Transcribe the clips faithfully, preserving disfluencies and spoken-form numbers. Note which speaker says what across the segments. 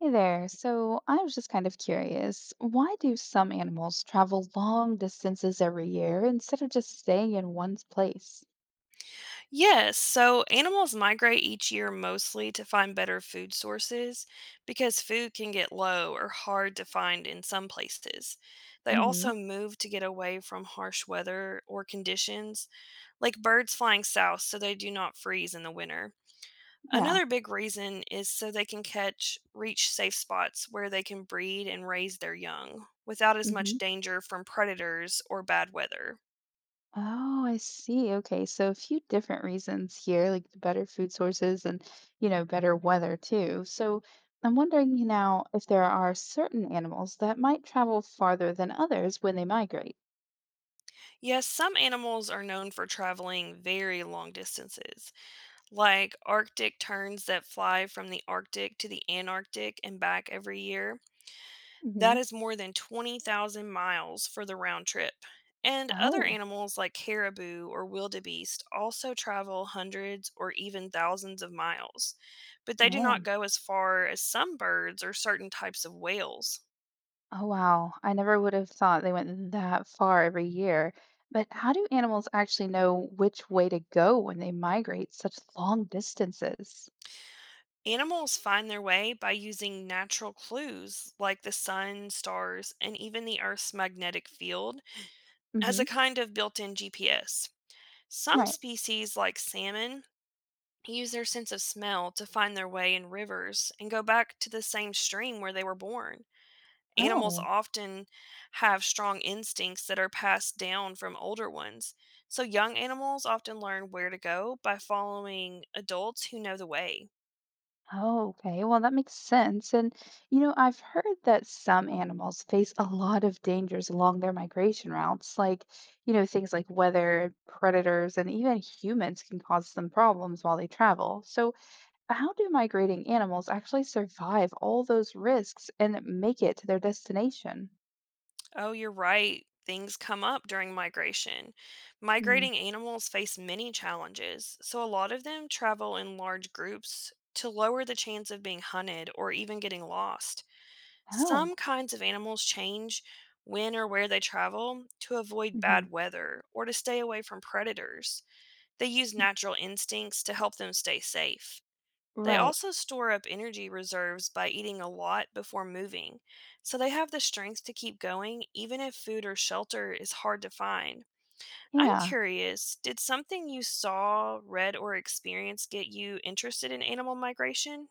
Speaker 1: Hey there. So I was just kind of curious, why do some animals travel long distances every year instead of just staying in one place?
Speaker 2: Yes, so animals migrate each year mostly to find better food sources because food can get low or hard to find in some places. They
Speaker 1: Mm-hmm.
Speaker 2: also move to get away from harsh weather or conditions, like birds flying south so they do not freeze in the winter.
Speaker 1: Yeah.
Speaker 2: Another big reason is so they can catch, reach safe spots where they can breed and raise their young without as much
Speaker 1: Mm-hmm.
Speaker 2: danger from predators or bad weather.
Speaker 1: Oh, I see. Okay. So a few different reasons here, like the better food sources and you know, better weather too. So I'm wondering you now if there are certain animals that might travel farther than others when they migrate.
Speaker 2: Yes, some animals are known for traveling very long distances, like Arctic terns that fly from the Arctic to the Antarctic and back every year.
Speaker 1: Mm-hmm.
Speaker 2: That is more than twenty thousand miles for the round trip. And other
Speaker 1: Oh,
Speaker 2: animals like caribou or wildebeest also travel hundreds or even thousands of miles, but they do not
Speaker 1: man.
Speaker 2: go as far as some birds or certain types of whales.
Speaker 1: Oh, wow. I never would have thought they went that far every year. But how do animals actually know which way to go when they migrate such long distances?
Speaker 2: Animals find their way by using natural clues like the sun, stars, and even the Earth's magnetic field as
Speaker 1: Hmm.
Speaker 2: a kind of built in G P S. Some
Speaker 1: Right.
Speaker 2: species, like salmon, use their sense of smell to find their way in rivers and go back to the same stream where they were born. Animals
Speaker 1: Oh.
Speaker 2: often have strong instincts that are passed down from older ones, so young animals often learn where to go by following adults who know the way.
Speaker 1: Oh, okay. Well, that makes sense. And you know, I've heard that some animals face a lot of dangers along their migration routes, like, you know, things like weather, predators, and even humans can cause them problems while they travel. So, how do migrating animals actually survive all those risks and make it to their destination?
Speaker 2: Oh, you're right. Things come up during migration.
Speaker 1: Mm.
Speaker 2: Migrating animals face many challenges, so a lot of them travel in large groups to lower the chance of being hunted or even getting lost.
Speaker 1: Oh,
Speaker 2: Some kinds of animals change when or where they travel to avoid
Speaker 1: hmm,
Speaker 2: bad weather or to stay away from predators. They use natural instincts to help them stay safe. They
Speaker 1: right.
Speaker 2: also store up energy reserves by eating a lot before moving, so they have the strength to keep going even if food or shelter is hard to find. I'm
Speaker 1: Yeah.
Speaker 2: curious, did something you saw, read, or experienced get you interested in animal migration?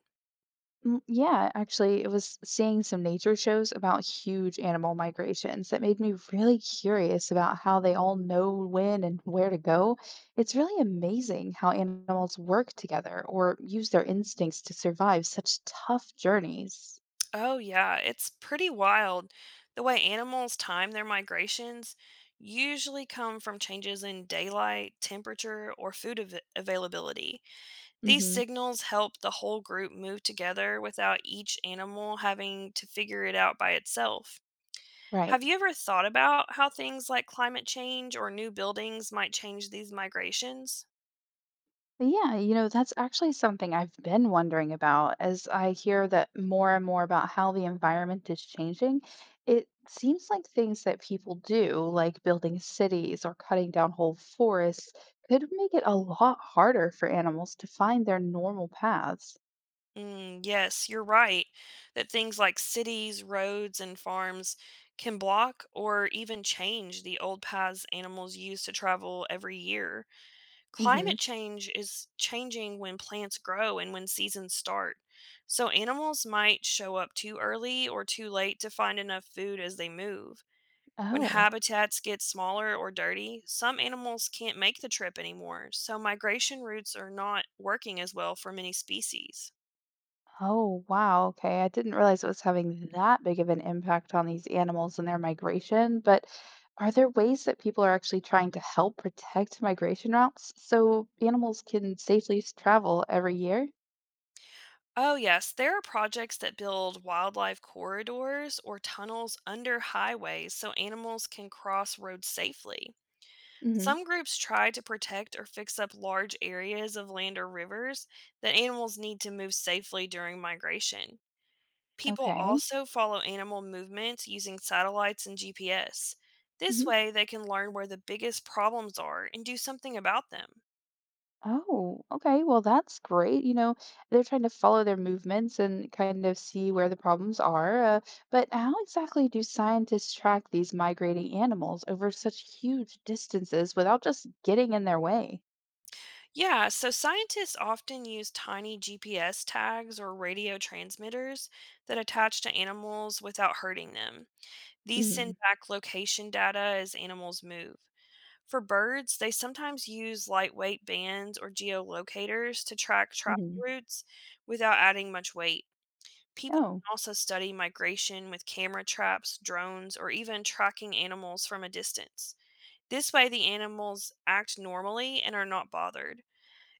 Speaker 1: Mm, yeah, actually, it was seeing some nature shows about huge animal migrations that made me really curious about how they all know when and where to go. It's really amazing how animals work together or use their instincts to survive such tough journeys.
Speaker 2: Oh, yeah, it's pretty wild the way animals time their migrations. Usually come from changes in daylight, temperature, or food av- availability. These
Speaker 1: Hmm.
Speaker 2: signals help the whole group move together without each animal having to figure it out by itself.
Speaker 1: Right.
Speaker 2: Have you ever thought about how things like climate change or new buildings might change these migrations?
Speaker 1: Yeah, you know, that's actually something I've been wondering about as I hear that more and more about how the environment is changing. It seems like things that people do, like building cities or cutting down whole forests, could make it a lot harder for animals to find their normal paths.
Speaker 2: Mm, yes, you're right that things like cities, roads, and farms can block or even change the old paths animals use to travel every year.
Speaker 1: Hmm.
Speaker 2: Climate change is changing when plants grow and when seasons start. So animals might show up too early or too late to find enough food as they move. When
Speaker 1: Oh.
Speaker 2: habitats get smaller or dirty, some animals can't make the trip anymore, so migration routes are not working as well for many species.
Speaker 1: Oh, wow. Okay. I didn't realize it was having that big of an impact on these animals and their migration, but are there ways that people are actually trying to help protect migration routes so animals can safely s- travel every year?
Speaker 2: Oh, yes, there are projects that build wildlife corridors or tunnels under highways so animals can cross roads safely.
Speaker 1: Hmm.
Speaker 2: Some groups try to protect or fix up large areas of land or rivers that animals need to move safely during migration. People
Speaker 1: Okay.
Speaker 2: also follow animal movements using satellites and G P S. This
Speaker 1: Hmm.
Speaker 2: way, they can learn where the biggest problems are and do something about them.
Speaker 1: Oh, okay. Well, that's great. You know, they're trying to follow their movements and kind of see where the problems are. Uh, but how exactly do scientists track these migrating animals over such huge distances without just getting in their way?
Speaker 2: Yeah, so scientists often use tiny G P S tags or radio transmitters that attach to animals without hurting them. These send
Speaker 1: Hmm.
Speaker 2: back location data as animals move. For birds, they sometimes use lightweight bands or geolocators to track travel
Speaker 1: Hmm.
Speaker 2: routes without adding much weight. People
Speaker 1: Oh,
Speaker 2: can also study migration with camera traps, drones, or even tracking animals from a distance. This way, the animals act normally and are not bothered.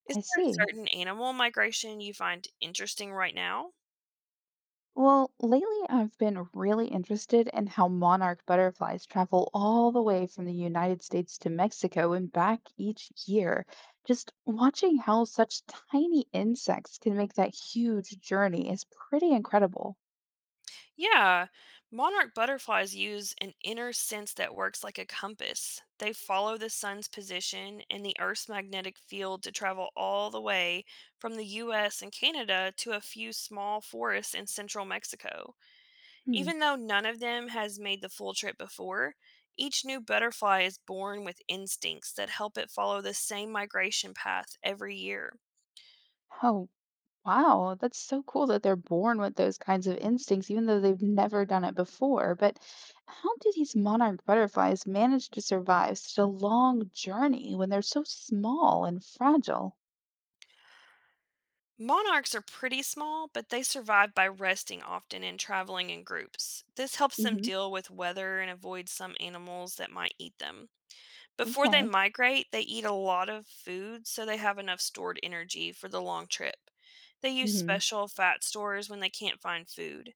Speaker 2: Is
Speaker 1: I
Speaker 2: there a
Speaker 1: see.
Speaker 2: certain animal migration you find interesting right now?
Speaker 1: Well, lately I've been really interested in how monarch butterflies travel all the way from the United States to Mexico and back each year. Just watching how such tiny insects can make that huge journey is pretty incredible.
Speaker 2: Yeah, monarch butterflies use an inner sense that works like a compass. They follow the sun's position and the Earth's magnetic field to travel all the way from the U S and Canada to a few small forests in central Mexico.
Speaker 1: Hmm.
Speaker 2: Even though none of them has made the full trip before, each new butterfly is born with instincts that help it follow the same migration path every year.
Speaker 1: Oh, wow, that's so cool that they're born with those kinds of instincts, even though they've never done it before. But how do these monarch butterflies manage to survive such a long journey when they're so small and fragile?
Speaker 2: Monarchs are pretty small, but they survive by resting often and traveling in groups. This helps them
Speaker 1: Hmm.
Speaker 2: deal with weather and avoid some animals that might eat them. Before they
Speaker 1: Okay.
Speaker 2: migrate, they eat a lot of food so they have enough stored energy for the long trip. They use
Speaker 1: Hmm.
Speaker 2: special fat stores when they can't find food.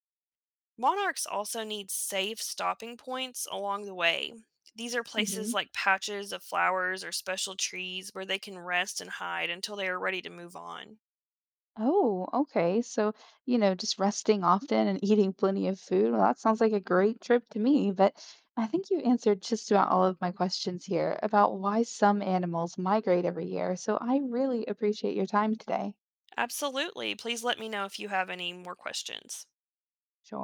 Speaker 2: Monarchs also need safe stopping points along the way. These are
Speaker 1: Hmm.
Speaker 2: places like patches of flowers or special trees where they can rest and hide until they are ready to move on.
Speaker 1: Oh, okay. So, you know, just resting often and eating plenty of food. Well, that sounds like a great trip to me. But I think you answered just about all of my questions here about why some animals migrate every year. So I really appreciate your time today.
Speaker 2: Absolutely. Please let me know if you have any more questions.
Speaker 1: Sure.